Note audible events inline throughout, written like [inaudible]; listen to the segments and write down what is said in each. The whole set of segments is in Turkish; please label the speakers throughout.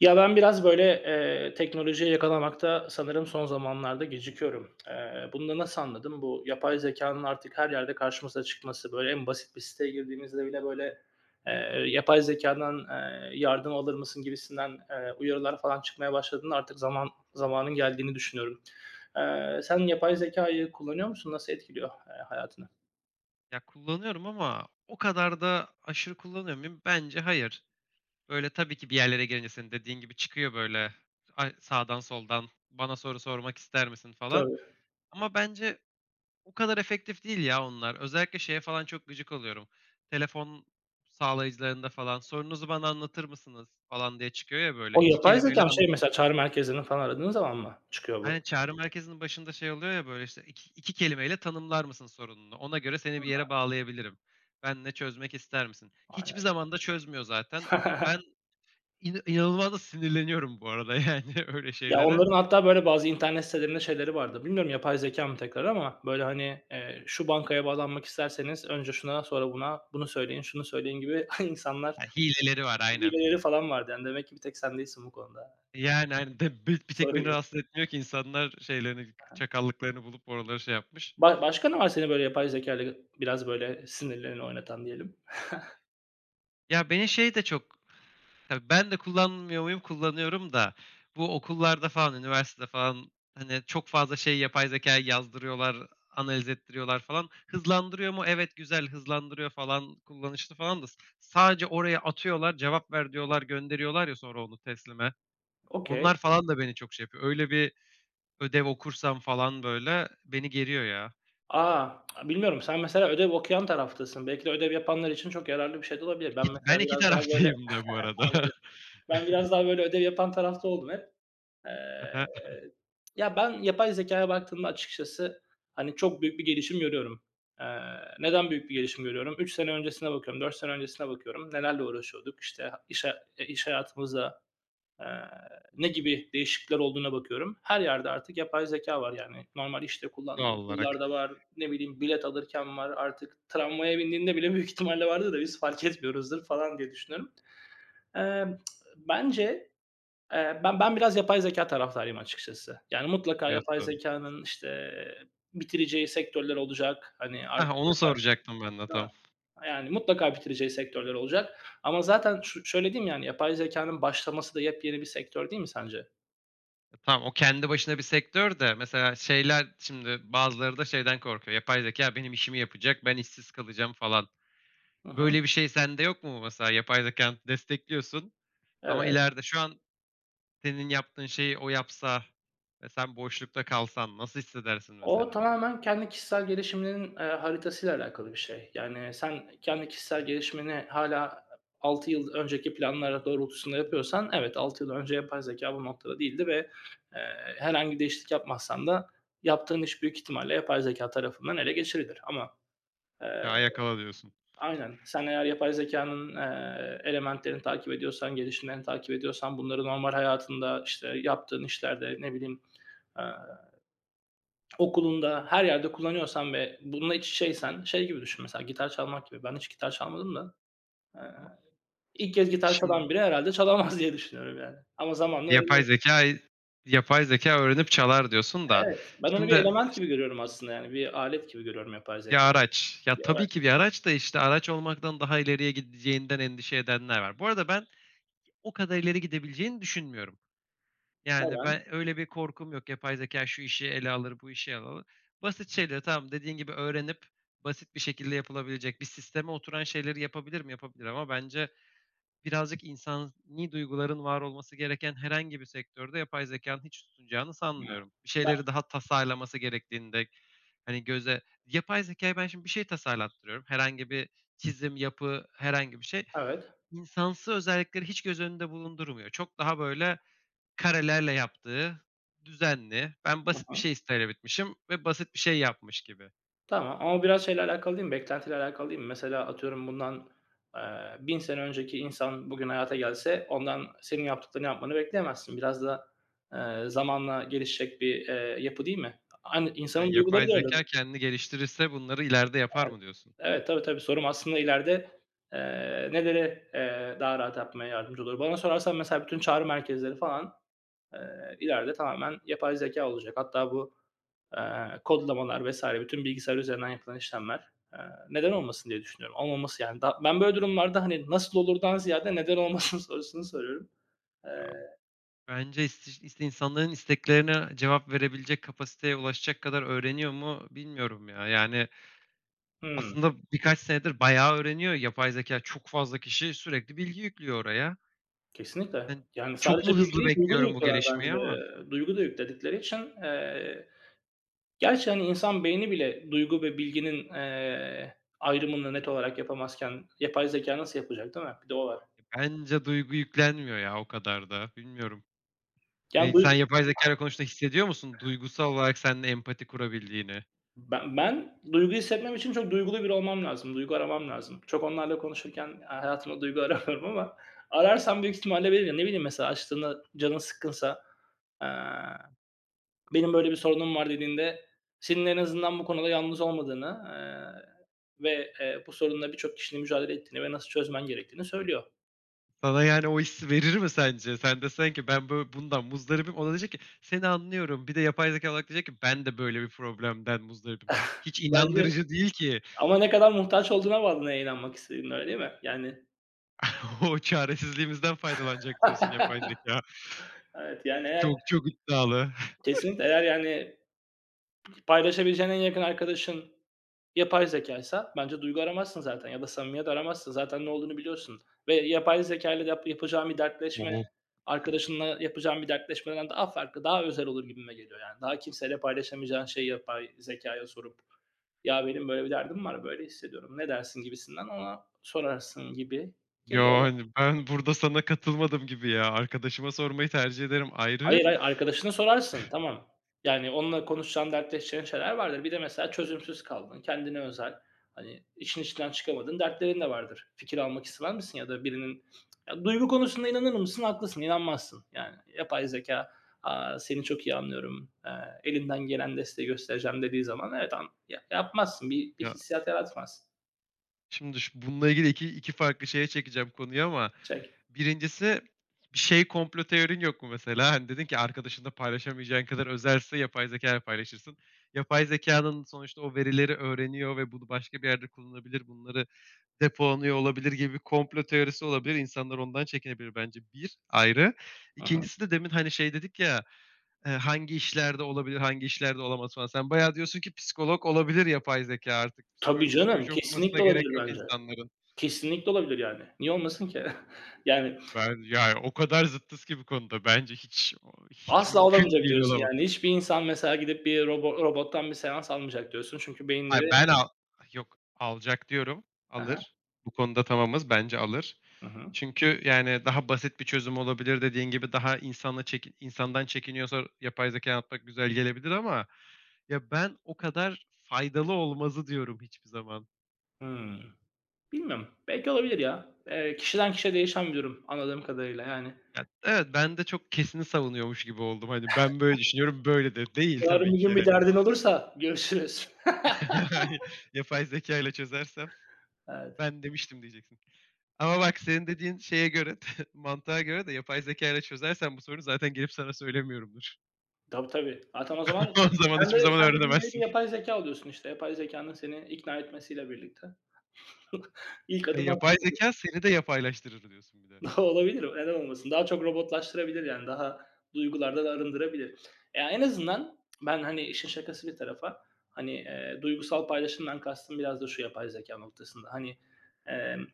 Speaker 1: Ya, ben biraz, böyle, teknolojiye yakalamakta sanırım son zamanlarda gecikiyorum. Bunu da nasıl anladım? Bu yapay zekanın artık her yerde karşımıza çıkması, böyle, en basit bir siteye girdiğimizde bile,
Speaker 2: Hı.
Speaker 1: böyle, yapay zekadan yardım alır mısın gibisinden, uyarılar falan çıkmaya başladığında artık zamanın geldiğini düşünüyorum. Sen yapay zekayı kullanıyor musun? Nasıl etkiliyor, hayatını?
Speaker 2: Ya, kullanıyorum ama o kadar da aşırı kullanıyor muyum? Bence hayır. Böyle tabii ki bir yerlere gelince senin dediğin gibi çıkıyor böyle, ay, sağdan soldan, "Bana soru sormak ister misin?" falan
Speaker 1: Tabii.
Speaker 2: ama bence o kadar efektif değil ya onlar. Özellikle şeye falan çok gıcık oluyorum. Telefon sağlayıcılarında falan, "Sorunuzu bana anlatır mısınız?" falan diye çıkıyor ya, böyle
Speaker 1: O
Speaker 2: 2
Speaker 1: yapay
Speaker 2: kelimeyle
Speaker 1: zekam. Şey,
Speaker 2: anın.
Speaker 1: mesela çağrı merkezlerini falan aradığın zaman mı çıkıyor bu?
Speaker 2: Hani çağrı merkezinin başında şey oluyor ya böyle işte, "İki kelimeyle tanımlar mısın sorununu? Ona göre seni bir yere bağlayabilirim. Ben ne çözmek ister misin?" Hiçbir
Speaker 1: Aynen.
Speaker 2: zaman da çözmüyor zaten. Ben
Speaker 1: [laughs]
Speaker 2: inanılmaz da sinirleniyorum bu arada, [laughs] yani öyle
Speaker 1: Ya,
Speaker 2: şeylere.
Speaker 1: onların hatta böyle bazı internet sitelerinde şeyleri vardı. Bilmiyorum yapay zekâ mı tekrar ama böyle, hani, şu bankaya bağlanmak isterseniz önce şuna, sonra buna, bunu söyleyin, şunu söyleyin gibi [laughs] insanlar
Speaker 2: Ha, hileleri var aynen.
Speaker 1: hileleri falan vardı. Yani demek ki bir tek sen değilsin bu konuda.
Speaker 2: Yani, hani, de bir tek
Speaker 1: Sorun
Speaker 2: beni
Speaker 1: yok.
Speaker 2: rahatsız etmiyor ki, insanlar şeylerini,
Speaker 1: Hı hı.
Speaker 2: çakallıklarını bulup oraları şey yapmış.
Speaker 1: Başka ne var seni böyle yapay zekâyla biraz böyle sinirlerini oynatan diyelim?
Speaker 2: Ya, beni şey de çok. Tabii ben de kullanmıyor muyum? Kullanıyorum da bu okullarda falan, üniversitede falan, hani, çok fazla şey yapay zekâya yazdırıyorlar, analiz ettiriyorlar falan. Hızlandırıyor mu? Evet, güzel, hızlandırıyor falan, kullanışlı falan da sadece oraya atıyorlar, cevap ver diyorlar, gönderiyorlar ya sonra onu teslime.
Speaker 1: Okay.
Speaker 2: Onlar falan da beni çok şey yapıyor. Öyle bir ödev okursam falan böyle beni geriyor ya.
Speaker 1: A! Bilmiyorum. Sen mesela ödev okuyan taraftasın. Belki de ödev yapanlar için çok yararlı bir şey de olabilir. Ben
Speaker 2: İk
Speaker 1: mesela
Speaker 2: ben 2
Speaker 1: biraz daha böyle.
Speaker 2: taraftayım da bu arada.
Speaker 1: Anladım.
Speaker 2: [laughs]
Speaker 1: Ben biraz daha böyle ödev yapan tarafta oldum hep.
Speaker 2: Hı.
Speaker 1: Eee, Ya, ben yapay zekaya baktığımda açıkçası, hani, çok büyük bir gelişim görüyorum. Eee, Neden büyük bir gelişim görüyorum? 3 sene öncesine bakıyorum, 4 sene öncesine bakıyorum. Nelerle uğraşıyorduk? İşte, iş hayatımızda, eee, ne gibi değişiklikler olduğuna bakıyorum. Her yerde artık yapay zeka var, yani. Normal işte kullandığın
Speaker 2: Doğal olarak
Speaker 1: tool'larda var, ne bileyim, bilet alırken var, artık tramvaya bindiğinde bile büyük ihtimalle vardır da biz fark etmiyoruzdur falan diye düşünüyorum. Emm, Bence. Ben biraz yapay zekâ taraftarıyım açıkçası. Yani mutlaka yapay
Speaker 2: diyorsun.
Speaker 1: zekânın, işte, bitireceği sektörler olacak. Hani,
Speaker 2: Hah,
Speaker 1: artık
Speaker 2: onu
Speaker 1: yapay.
Speaker 2: soracaktım ben de
Speaker 1: Değil
Speaker 2: tam.
Speaker 1: mi? Yani mutlaka bitireceği sektörler olacak ama zaten şöyle diyeyim yani, yapay zekânın başlaması da yepyeni bir sektör değil mi sence?
Speaker 2: E, tamam, o kendi başına bir sektör de, mesela şeyler, şimdi bazıları da şeyden korkuyor. Yapay zeka benim işimi yapacak, ben işsiz kalacağım falan.
Speaker 1: Hı hı.
Speaker 2: Böyle bir şey sende yok mu mesela? Yapay zekânı destekliyorsun ama
Speaker 1: Evet.
Speaker 2: ileride, şu an senin yaptığın şeyi o yapsa ve sen boşlukta kalsan nasıl hissedersin
Speaker 1: O
Speaker 2: mesela?
Speaker 1: tamamen kendi kişisel gelişiminin, haritasıyla alakalı bir şey. Yani, sen kendi kişisel gelişimini hala 6 yıl önceki planlar doğrultusunda yapıyorsan evet, 6 yıl önce yapay zeka bu noktada değildi ve, eee, herhangi bir değişiklik yapmazsan da yaptığın iş büyük ihtimalle yapay zeka tarafından ele geçirilir ama, eee
Speaker 2: "Ya, yakala." diyorsun
Speaker 1: Aynen. Sen eğer yapay zekanın elementlerini takip ediyorsan, gelişimlerini takip ediyorsan, bunları normal hayatında, işte, yaptığın işlerde, ne bileyim, e, okulunda, her yerde kullanıyorsan ve bununla iç içeysen şey gibi düşün mesela gitar çalmak gibi. Ben hiç gitar çalmadım da, eee,
Speaker 2: ama
Speaker 1: ilk kez gitar
Speaker 2: şim
Speaker 1: çalan biri herhâlde çalamaz diye düşünüyorum yani ama zamanla
Speaker 2: yapay
Speaker 1: öğreniyorsun.
Speaker 2: zekâyı yapay zekâ öğrenip çalar diyorsun da.
Speaker 1: Evet, ben onu bir
Speaker 2: Şimdi
Speaker 1: element gibi görüyorum aslında yani bir alet gibi görüyorum yapay
Speaker 2: bir
Speaker 1: zekâyı.
Speaker 2: araç. Ya,
Speaker 1: Bir araç.
Speaker 2: tabii ki bir araç da, işte, araç olmaktan daha ileriye gideceğinden endişe edenler var. Bu arada ben o kadar ileri gidebileceğini düşünmüyorum. Yani,
Speaker 1: Neden?
Speaker 2: ben öyle bir korkum yok. Yapay zekâ şu işi ele alır, bu işi ele alır. Basit şeyleri, tamam, dediğin gibi öğrenip basit bir şekilde yapılabilecek, bir sisteme oturan şeyleri yapabilir mi? Yapabilir ama bence birazcık insani duyguların var olması gereken herhangi bir sektörde yapay zekanın hiç tutunacağını
Speaker 1: Hıı.
Speaker 2: sanmıyorum. Bir
Speaker 1: Ben.
Speaker 2: şeyleri daha tasarlaması gerektiğinde, hani, göze, yapay zekâya ben şimdi bir şey tasarlattırıyorum. Herhangi bir çizim, yapı, herhangi bir şey.
Speaker 1: Evet.
Speaker 2: İnsansı özellikleri hiç göz önünde bulundurmuyor. Çok daha, böyle, karelerle yaptığı, düzenli, ben
Speaker 1: Hı
Speaker 2: basit bir
Speaker 1: hı.
Speaker 2: şey talep bitmişim ve basit bir şey yapmış gibi.
Speaker 1: Tamam ama biraz şeyle alakalı değil mi, beklentiyle alakalı değil mi? Mesela atıyorum bundan, eee, 1000 sene önceki insan bugün hayata gelse ondan senin yaptıklarını yapmanı bekleyemezsin. Biraz da, zamanla gelişecek bir yapı değil mi? Aynı
Speaker 2: Ha,
Speaker 1: insanın duyguları
Speaker 2: yapay
Speaker 1: da
Speaker 2: zekâ
Speaker 1: öyle.
Speaker 2: kendini geliştirirse bunları ileride yapar mı diyorsun?
Speaker 1: Evet, tabii, tabii. Sorum aslında ileride, eee, neleri, eee, daha rahat yapmaya yardımcı olur? Bana sorarsan mesela bütün çağrı merkezleri falan. İleride tamamen yapay zeka olacak. Hatta bu kodlamalar vesaire, bütün bilgisayar üzerinden yapılan işlemler, neden olmasın diye düşünüyorum. Olmaması yani da ben böyle durumlarda, hani, nasıl olurdan ziyade neden olmasın [laughs] sorusunu soruyorum. Eee
Speaker 2: Bence iste insanların isteklerine cevap verebilecek kapasiteye ulaşacak kadar öğreniyor mu bilmiyorum ya. Yani,
Speaker 1: Hımm.
Speaker 2: aslında birkaç senedir bayağı öğreniyor yapay zeka. Çok fazla kişi sürekli bilgi yüklüyor oraya.
Speaker 1: Kesinlikle.
Speaker 2: Hani,
Speaker 1: Yani
Speaker 2: çok
Speaker 1: sadece
Speaker 2: mu
Speaker 1: bilgi
Speaker 2: hızlı
Speaker 1: değil, duygu da
Speaker 2: bekliyorum bu
Speaker 1: yüklüyorlar
Speaker 2: gelişmeyi ama
Speaker 1: bence. Duygu da yükledikleri için, gerçi, hani, insan beyni bile duygu ve bilginin ayrımını net olarak yapamazken yapay zeka nasıl yapacak, değil mi? Bir de o var.
Speaker 2: bence duygu yüklenmiyor ya o kadar da. Bilmiyorum.
Speaker 1: Yani
Speaker 2: Sen
Speaker 1: duy.
Speaker 2: yapay zekâyla konuştuğunda hissediyor musun duygusal olarak seninle empati kurabildiğini?
Speaker 1: Ben duygu hissetmem için çok duygulu biri olmam lazım, duygu aramam lazım. Çok onlarla konuşurken hayatımda duygu aramıyorum ama ararsam büyük ihtimalle veririm. Ne bileyim mesela açtığında canın sıkkınsa, eee, "Benim böyle bir sorunum var." dediğinde senin en azından bu konuda yalnız olmadığını ve bu sorunla birçok kişinin mücadele ettiğini ve nasıl çözmen gerektiğini söylüyor.
Speaker 2: Sana yani o hissi verir mi sence? Sen desen ki ben böyle bundan muzdaribim. O da diyecek ki seni anlıyorum. Bir de yapay zeka olarak diyecek ki ben de böyle bir problemden muzdaribim.
Speaker 1: [laughs]
Speaker 2: Hiç
Speaker 1: Bence
Speaker 2: inandırıcı değil ki.
Speaker 1: ama ne kadar muhtaç olduğuna bağlı neye inanmak istediğinin, öyle değil mi? Yani.
Speaker 2: [laughs] O çaresizliğimizden faydalanacak diyorsun yapay
Speaker 1: [laughs]
Speaker 2: zeka.
Speaker 1: Evet, yani eğer
Speaker 2: Çok çok iddialı.
Speaker 1: kesinlikle eğer yani. Paylaşabileceğin en yakın arkadaşın yapay zekaysa bence duygu aramazsın zaten ya da samimiyet aramazsın. Zaten ne olduğunu biliyorsun ve yapay zekâyla yapacağın bir
Speaker 2: [laughs] Oo
Speaker 1: dertleşme,
Speaker 2: hı.
Speaker 1: arkadaşınla yapacağın bir dertleşmeden daha farklı, daha özel olur gibime geliyor yani. Daha kimseyle paylaşamayacağın şeyi yapay zekaya sorup, "Ya, benim böyle bir derdim var, böyle hissediyorum, ne dersin?" gibisinden ona sorarsın gibi geliyor.
Speaker 2: Yani ben burada sana katılmadım gibi ya. Arkadaşıma sormayı tercih ederim, ayrı.
Speaker 1: Hayır, hayır, arkadaşına sorarsın, tamam. Yani onunla konuşacağın, dertleşeceğin şeyler vardır. Bir de mesela çözümsüz kaldın, kendine özel, hani, işin içinden çıkamadığın dertlerin de vardır. Fikir almak ister misin ya da birinin. Ya, duygu konusunda inanır mısın? Haklısın, inanmazsın. Yani, yapay zekâ, "Seni çok iyi anlıyorum, elimden gelen desteği göstereceğim." dediği zaman evet, ya yapmazsın, bir
Speaker 2: Ya,
Speaker 1: hissiyat yaratmaz.
Speaker 2: şimdi bununla ilgili 2 farklı şeye çekeceğim konuyu ama,
Speaker 1: Çek.
Speaker 2: birincisi, bir şey, komplo teorin yok mu mesela? Hani dedin ki arkadaşınla paylaşamayacağın kadar özelse yapay zeka ile paylaşırsın. Yapay zekanın sonuçta o verileri öğreniyor ve bunu başka bir yerde kullanabilir, bunları depolanıyor olabilir gibi bir komplo teorisi olabilir. İnsanlar ondan çekinebilir bence. Bir ayrı.
Speaker 1: Hı hı.
Speaker 2: 2'ncisi de demin, hani, şey dedik ya, hangi işlerde olabilir, hangi işlerde olamaz falan. Sen bayağı diyorsun ki psikolog olabilir yapay zekâ artık. Psiko
Speaker 1: Tabii canım,
Speaker 2: psikoloji okumasına
Speaker 1: kesinlikle
Speaker 2: gerek
Speaker 1: olabilir
Speaker 2: yok
Speaker 1: bence.
Speaker 2: insanların.
Speaker 1: Kesinlikle olabilir yani. Niye olmasın ki? [laughs] Yani.
Speaker 2: Ben, ya, o kadar zıttız ki bu konuda. Bence hiç
Speaker 1: Asla
Speaker 2: mümkün
Speaker 1: olamayacak
Speaker 2: değil,
Speaker 1: diyorsun
Speaker 2: olamaz.
Speaker 1: yani. Hiçbir insan mesela gidip bir robottan bir seans almayacak diyorsun. Çünkü
Speaker 2: Hayır,
Speaker 1: beyinleri.
Speaker 2: ben yok, alacak diyorum,
Speaker 1: Hı hı.
Speaker 2: alır. Bu konuda tamamız, bence alır.
Speaker 1: Hı hı.
Speaker 2: Çünkü, yani, daha basit bir çözüm olabilir, dediğin gibi daha insanla insandan çekiniyorsa yapay zekâya atmak güzel gelebilir ama ya, ben o kadar faydalı olmazı diyorum hiçbir zaman.
Speaker 1: Hımm. Bilmiyorum. Belki olabilir ya. Kişiden kişiye değişen bir durum anladığım kadarıyla yani.
Speaker 2: Ya, evet, ben de çok kesini savunuyormuş gibi oldum. Hani, ben böyle düşünüyorum, böyle de değil
Speaker 1: Yarın
Speaker 2: tabii
Speaker 1: bir
Speaker 2: ki,
Speaker 1: gün bir
Speaker 2: yani.
Speaker 1: derdin olursa görüşürüz. [laughs]
Speaker 2: [laughs] Hani. Yapay zekâyla çözersem
Speaker 1: Evet.
Speaker 2: ben demiştim diyeceksin. Ama bak, senin dediğin şeye göre, [laughs] mantığa göre de yapay zeka ile çözersen bu sorunu zaten gelip sana söylemiyorumdur.
Speaker 1: Tabii, tabii. Zaten o zaman
Speaker 2: [laughs] O zaman
Speaker 1: sen
Speaker 2: hiçbir
Speaker 1: de
Speaker 2: zaman
Speaker 1: sen de bir nevi
Speaker 2: öğrenemezsin.
Speaker 1: yapay zekâ oluyorsun işte. Yapay zekânın seni ikna etmesiyle birlikte. [laughs] İlk
Speaker 2: Ha,
Speaker 1: adımı atmış.
Speaker 2: yapay zeka seni de yapaylaştırır diyorsun bir de.
Speaker 1: [laughs] Olabilir, neden olmasın? Daha çok robotlaştırabilir yani, daha duygulardan arındırabilir. Ya, en azından ben, hani, işin şakası bir tarafa, hani, duygusal paylaşımdan kastım biraz da şu yapay zeka noktasında, hani, emm,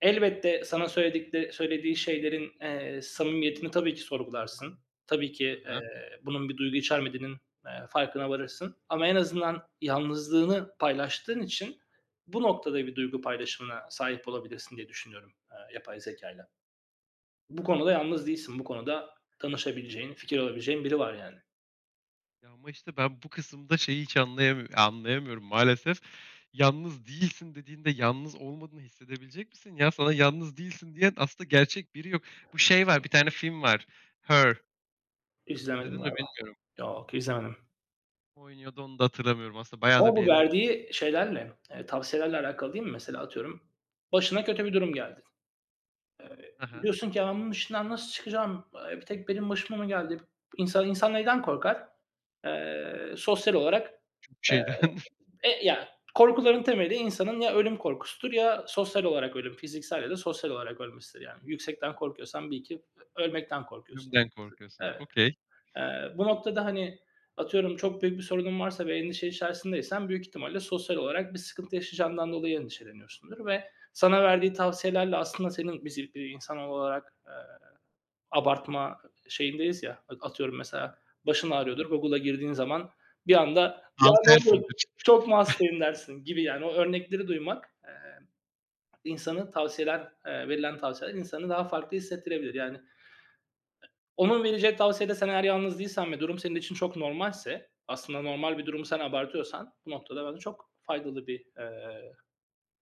Speaker 1: elbette sana söylediği şeylerin samimiyetini tabii ki sorgularsın. Tabii ki,
Speaker 2: Aha.
Speaker 1: eee, bunun bir duygu içermediğinin farkına varırsın ama en azından yalnızlığını paylaştığın için bu noktada bir duygu paylaşımına sahip olabilirsin diye düşünüyorum, yapay zekayla. Bu konuda yalnız değilsin. Bu konuda tanışabileceğin, fikir alabileceğin biri var yani.
Speaker 2: Ya, ama işte ben bu kısımda şeyi hiç anlayamıyorum maalesef. "Yalnız değilsin." dediğinde yalnız olmadığını hissedebilecek misin ya? Sana yalnız değilsin diyen aslında gerçek biri yok. Bu şey var, bir tane film var, Her.
Speaker 1: Hiç izlemedim
Speaker 2: İzledin mi
Speaker 1: galiba.
Speaker 2: bilmiyorum.
Speaker 1: Yok, izlemedim.
Speaker 2: Oynuyordu, onu da hatırlamıyorum. Aslında bayağı
Speaker 1: Ama
Speaker 2: da
Speaker 1: bu
Speaker 2: bilindik.
Speaker 1: verdiği şeylerle, tavsiyelerle alakalı değil mi? Mesela atıyorum, başına kötü bir durum geldi.
Speaker 2: Aha. Hı.
Speaker 1: Diyorsun ki, "Ya, ben bunun içinden nasıl çıkacağım? Bir tek benim başıma mı geldi?" İnsan neyden korkar? Sosyal olarak, eee,
Speaker 2: Şeyden.
Speaker 1: ya, korkuların temeli insanın ya ölüm korkusudur ya sosyal olarak ölüm. Fiziksel ya da sosyal olarak ölmesidir yani. Yüksekten korkuyorsan bil ki ölmekten korkuyorsun yani.
Speaker 2: Ölümden korkuyorsundur.
Speaker 1: Evet.
Speaker 2: Okay.
Speaker 1: Bu noktada hani atıyorum çok büyük bir sorunun varsa ve endişe içerisindeysen büyük ihtimalle sosyal olarak bir sıkıntı yaşayacağından dolayı endişeleniyorsundur ve sana verdiği tavsiyelerle aslında senin biz bir insan olarak, abartma şeyindeyiz ya, atıyorum mesela başın
Speaker 2: Anladım.
Speaker 1: ağrıyordur, Google'a girdiğin zaman bir anda "Ya, ne olur
Speaker 2: Kansersindir.
Speaker 1: çok mu hastayım?" dersin gibi yani o örnekleri duymak, insanı tavsiyeler, verilen tavsiyeler insanı daha farklı hissettirebilir. Yani onun vereceği tavsiyede sen eğer yalnız değilsen ve durum senin için çok normalse, aslında normal bir durumu sen abartıyorsan bu noktada bence çok faydalı bir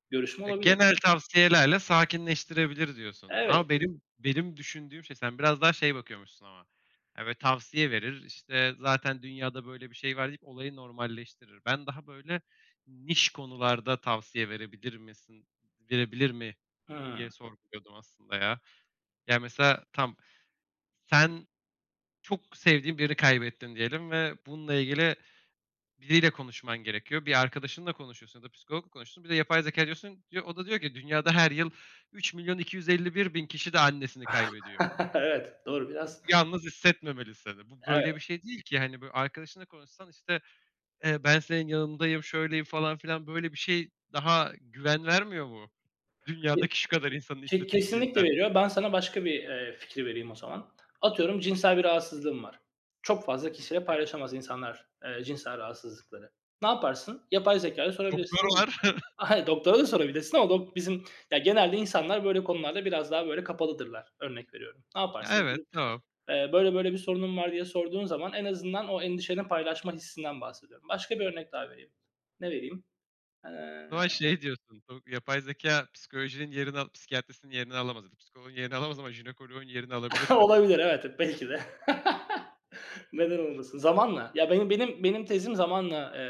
Speaker 1: görüşme
Speaker 2: E,
Speaker 1: olabilir.
Speaker 2: genel tavsiyelerle sakinleştirebilir diyorsun.
Speaker 1: Evet.
Speaker 2: Ama benim düşündüğüm şey, sen biraz daha şey bakıyormuşsun ama. Ya, böyle tavsiye verir, işte, zaten dünyada böyle bir şey var deyip olayı normalleştirir. Ben daha böyle niş konularda tavsiye verebilir misin, verebilir mi
Speaker 1: Hımm.
Speaker 2: diye sorguluyordum aslında ya. Ya, mesela tam, sen çok sevdiğin birini kaybettin diyelim ve bununla ilgili biriyle konuşman gerekiyor. Bir arkadaşınla konuşuyorsun ya da psikologla konuşuyorsun. Bir de yapay zeka diyorsun. Diyor, o da diyor ki dünyada her yıl 3.251.000 kişi de annesini kaybediyor.
Speaker 1: [laughs] Evet, doğru biraz.
Speaker 2: Yalnız hissetmemeli seni. Bu böyle bir
Speaker 1: Evet,
Speaker 2: şey değil ki. Hani, böyle, arkadaşınla konuşsan, işte, ben senin yanındayım, şöyleyim falan filan, böyle bir şey daha güven vermiyor mu?
Speaker 1: ke
Speaker 2: Dünyadaki şu kadar insanın
Speaker 1: ke kesinlikle
Speaker 2: istatistiğinden.
Speaker 1: veriyor. Ben sana başka bir fikri vereyim o zaman. Atıyorum cinsel bir rahatsızlığın var. Çok fazla kişiyle
Speaker 2: E,
Speaker 1: paylaşamaz insanlar, cinsel rahatsızlıkları. Ne yaparsın? Yapay zekâya
Speaker 2: doktor
Speaker 1: sorabilirsin.
Speaker 2: var. [laughs]
Speaker 1: Hayır, doktora da sorabilirsin ama bizim ya, genelde insanlar böyle konularda biraz daha böyle kapalıdırlar. Örnek veriyorum. Ne
Speaker 2: Ya,
Speaker 1: yaparsın?
Speaker 2: evet,
Speaker 1: Gidip,
Speaker 2: tamam.
Speaker 1: eee, "Böyle böyle bir sorunum var." diye sorduğun zaman en azından o endişeni paylaşma hissinden bahsediyorum. Başka bir örnek daha vereyim. Ne vereyim? Eee,
Speaker 2: O zaman şey diyorsun, yapay zeka psikolojinin yerini psikiyatrisinin yerini alamaz ya, yerini alamaz ama jinekoloğun yerini alabilir
Speaker 1: [laughs]
Speaker 2: mi?
Speaker 1: olabilir, evet, belki de. [laughs] Neden olmasın? Zamanla. Ya, benim tezim zamanla,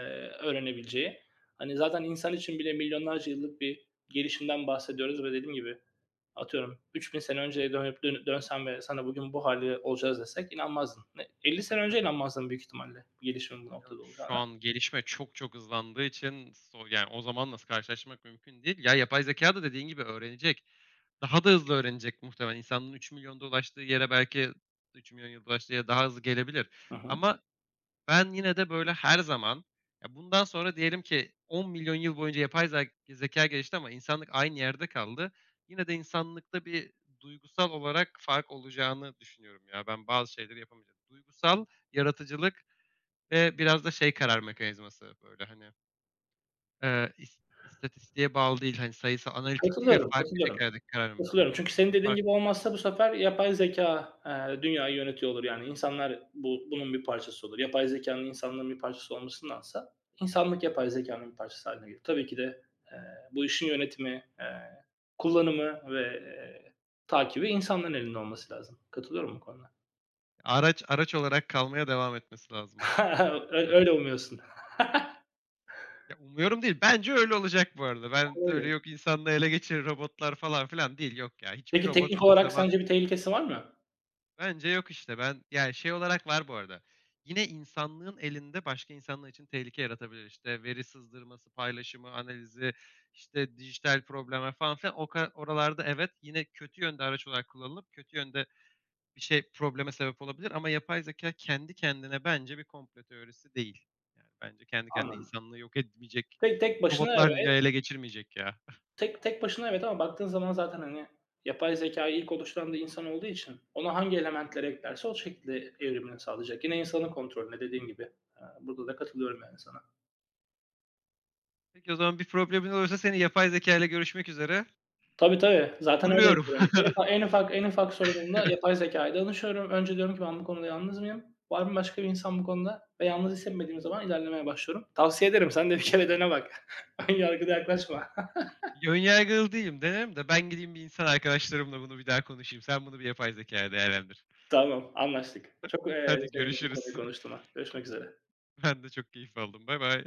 Speaker 1: öğrenebileceği. Hani, zaten insan için bile milyonlarca yıllık bir gelişimden bahsediyoruz ve dediğim gibi atıyorum 3000 sene önceye dönsem ve sana bugün bu hali olacağız desek inanmazdın. 50 sene önce inanmazdın büyük ihtimalle gelişimin bu
Speaker 2: Canım,
Speaker 1: noktada
Speaker 2: şu
Speaker 1: olacağına.
Speaker 2: an gelişme çok çok hızlandığı için, so yani, o zamanla s karşılaştırmak mümkün değil. Ya, yapay zeka da dediğin gibi öğrenecek. Daha da hızlı öğrenecek muhtemelen. İnsanlığın 3.000.000'da ulaştığı yere belki 3.000.000 yılda ulaştığı yere daha hızlı gelebilir.
Speaker 1: Hı hı.
Speaker 2: Ama ben yine de, böyle, her zaman, ya, bundan sonra diyelim ki 10 milyon yıl boyunca yapay zekâ gelişti ama insanlık aynı yerde kaldı. Yine de insanlıkta bir duygusal olarak fark olacağını düşünüyorum ya. Ben bazı şeyleri yapamayacağım. Duygusal yaratıcılık ve biraz da şey karar mekanizması, böyle, hani, istatistiğe bağlı değil, hani, sayısı analitik değil ve
Speaker 1: Katılıyorum,
Speaker 2: farklı
Speaker 1: katılıyorum.
Speaker 2: şekillerdeki karar
Speaker 1: Katılıyorum. Çünkü
Speaker 2: mekanizması.
Speaker 1: senin dediğin
Speaker 2: Farklı
Speaker 1: gibi olmazsa bu sefer yapay zeka dünyayı yönetiyor olur. Yani insanlar bunun bir parçası olur. Yapay zekanın insanlığın bir parçası olmasındansa insanlık yapay zekanın bir parçası haline gelir. Tabii ki de, eee, bu işin yönetimi, kullanımı ve takibi insanların elinde olması lazım. Katılıyorum bu konuda.
Speaker 2: araç olarak kalmaya devam etmesi lazım.
Speaker 1: [laughs] Öyle umuyorsun. [laughs]
Speaker 2: Ya, umuyorum değil, bence öyle olacak bu arada. Ben öyle,
Speaker 1: Öyle.
Speaker 2: yok insanlığı ele geçirir robotlar falan filan değil, yok ya. Hiçbir
Speaker 1: Peki
Speaker 2: robot
Speaker 1: teknik
Speaker 2: hiçbir
Speaker 1: olarak
Speaker 2: zaman.
Speaker 1: sence bir tehlikesi var mı?
Speaker 2: Bence yok işte. Ben yani şey olarak var bu arada. Yine insanlığın elinde başka insanlar için tehlike yaratabilir. İşte veri sızdırması, paylaşımı, analizi, işte dijital problemler falan filan. Oralarda evet yine kötü yönde araç olarak kullanılıp kötü yönde bir şey probleme sebep olabilir ama yapay zeka kendi kendine bence bir komplo teorisi değil. Yani bence kendi kendine
Speaker 1: Anladım.
Speaker 2: insanlığı yok etmeyecek.
Speaker 1: Tek başına
Speaker 2: Robotlar dünyayı
Speaker 1: evet.
Speaker 2: ele geçirmeyecek ya.
Speaker 1: Tek başına evet ama baktığın zaman zaten, hani, yapay zekâyı ilk oluşturan da insan olduğu için ona hangi elementleri eklerse o şekilde evrimini sağlayacak. Yine insanın kontrolünde dediğin gibi. Burada da katılıyorum yani sana.
Speaker 2: Peki o zaman bir problemin olursa seni yapay zeka ile görüşmek üzere
Speaker 1: Tabii, tabii. Zaten öyle
Speaker 2: uğurluyorum. [laughs]
Speaker 1: yapıyorum. En ufak sorunumda yapay zekâya danışıyorum. Önce diyorum ki ben bu konuda yalnız mıyım? Var mı başka bir insan bu konuda? Ve yalnız hissetmediğim zaman ilerlemeye başlıyorum. Tavsiye ederim. Sen de bir kere dene bak. [laughs] Ön yargıyla yaklaşma.
Speaker 2: Önyargılı değilim. Denerim de, ben gideyim bir insan arkadaşlarımla bunu bir daha konuşayım. Sen bunu bir yapay zekaya değerlendir.
Speaker 1: [laughs] Tamam, anlaştık. Çok,
Speaker 2: [laughs]
Speaker 1: eee,
Speaker 2: Hadi
Speaker 1: sevindim bu
Speaker 2: görüşürüz.
Speaker 1: konuyu
Speaker 2: [laughs]
Speaker 1: konuştuğuma. Görüşmek üzere.
Speaker 2: Ben de çok keyif aldım. Bay bay.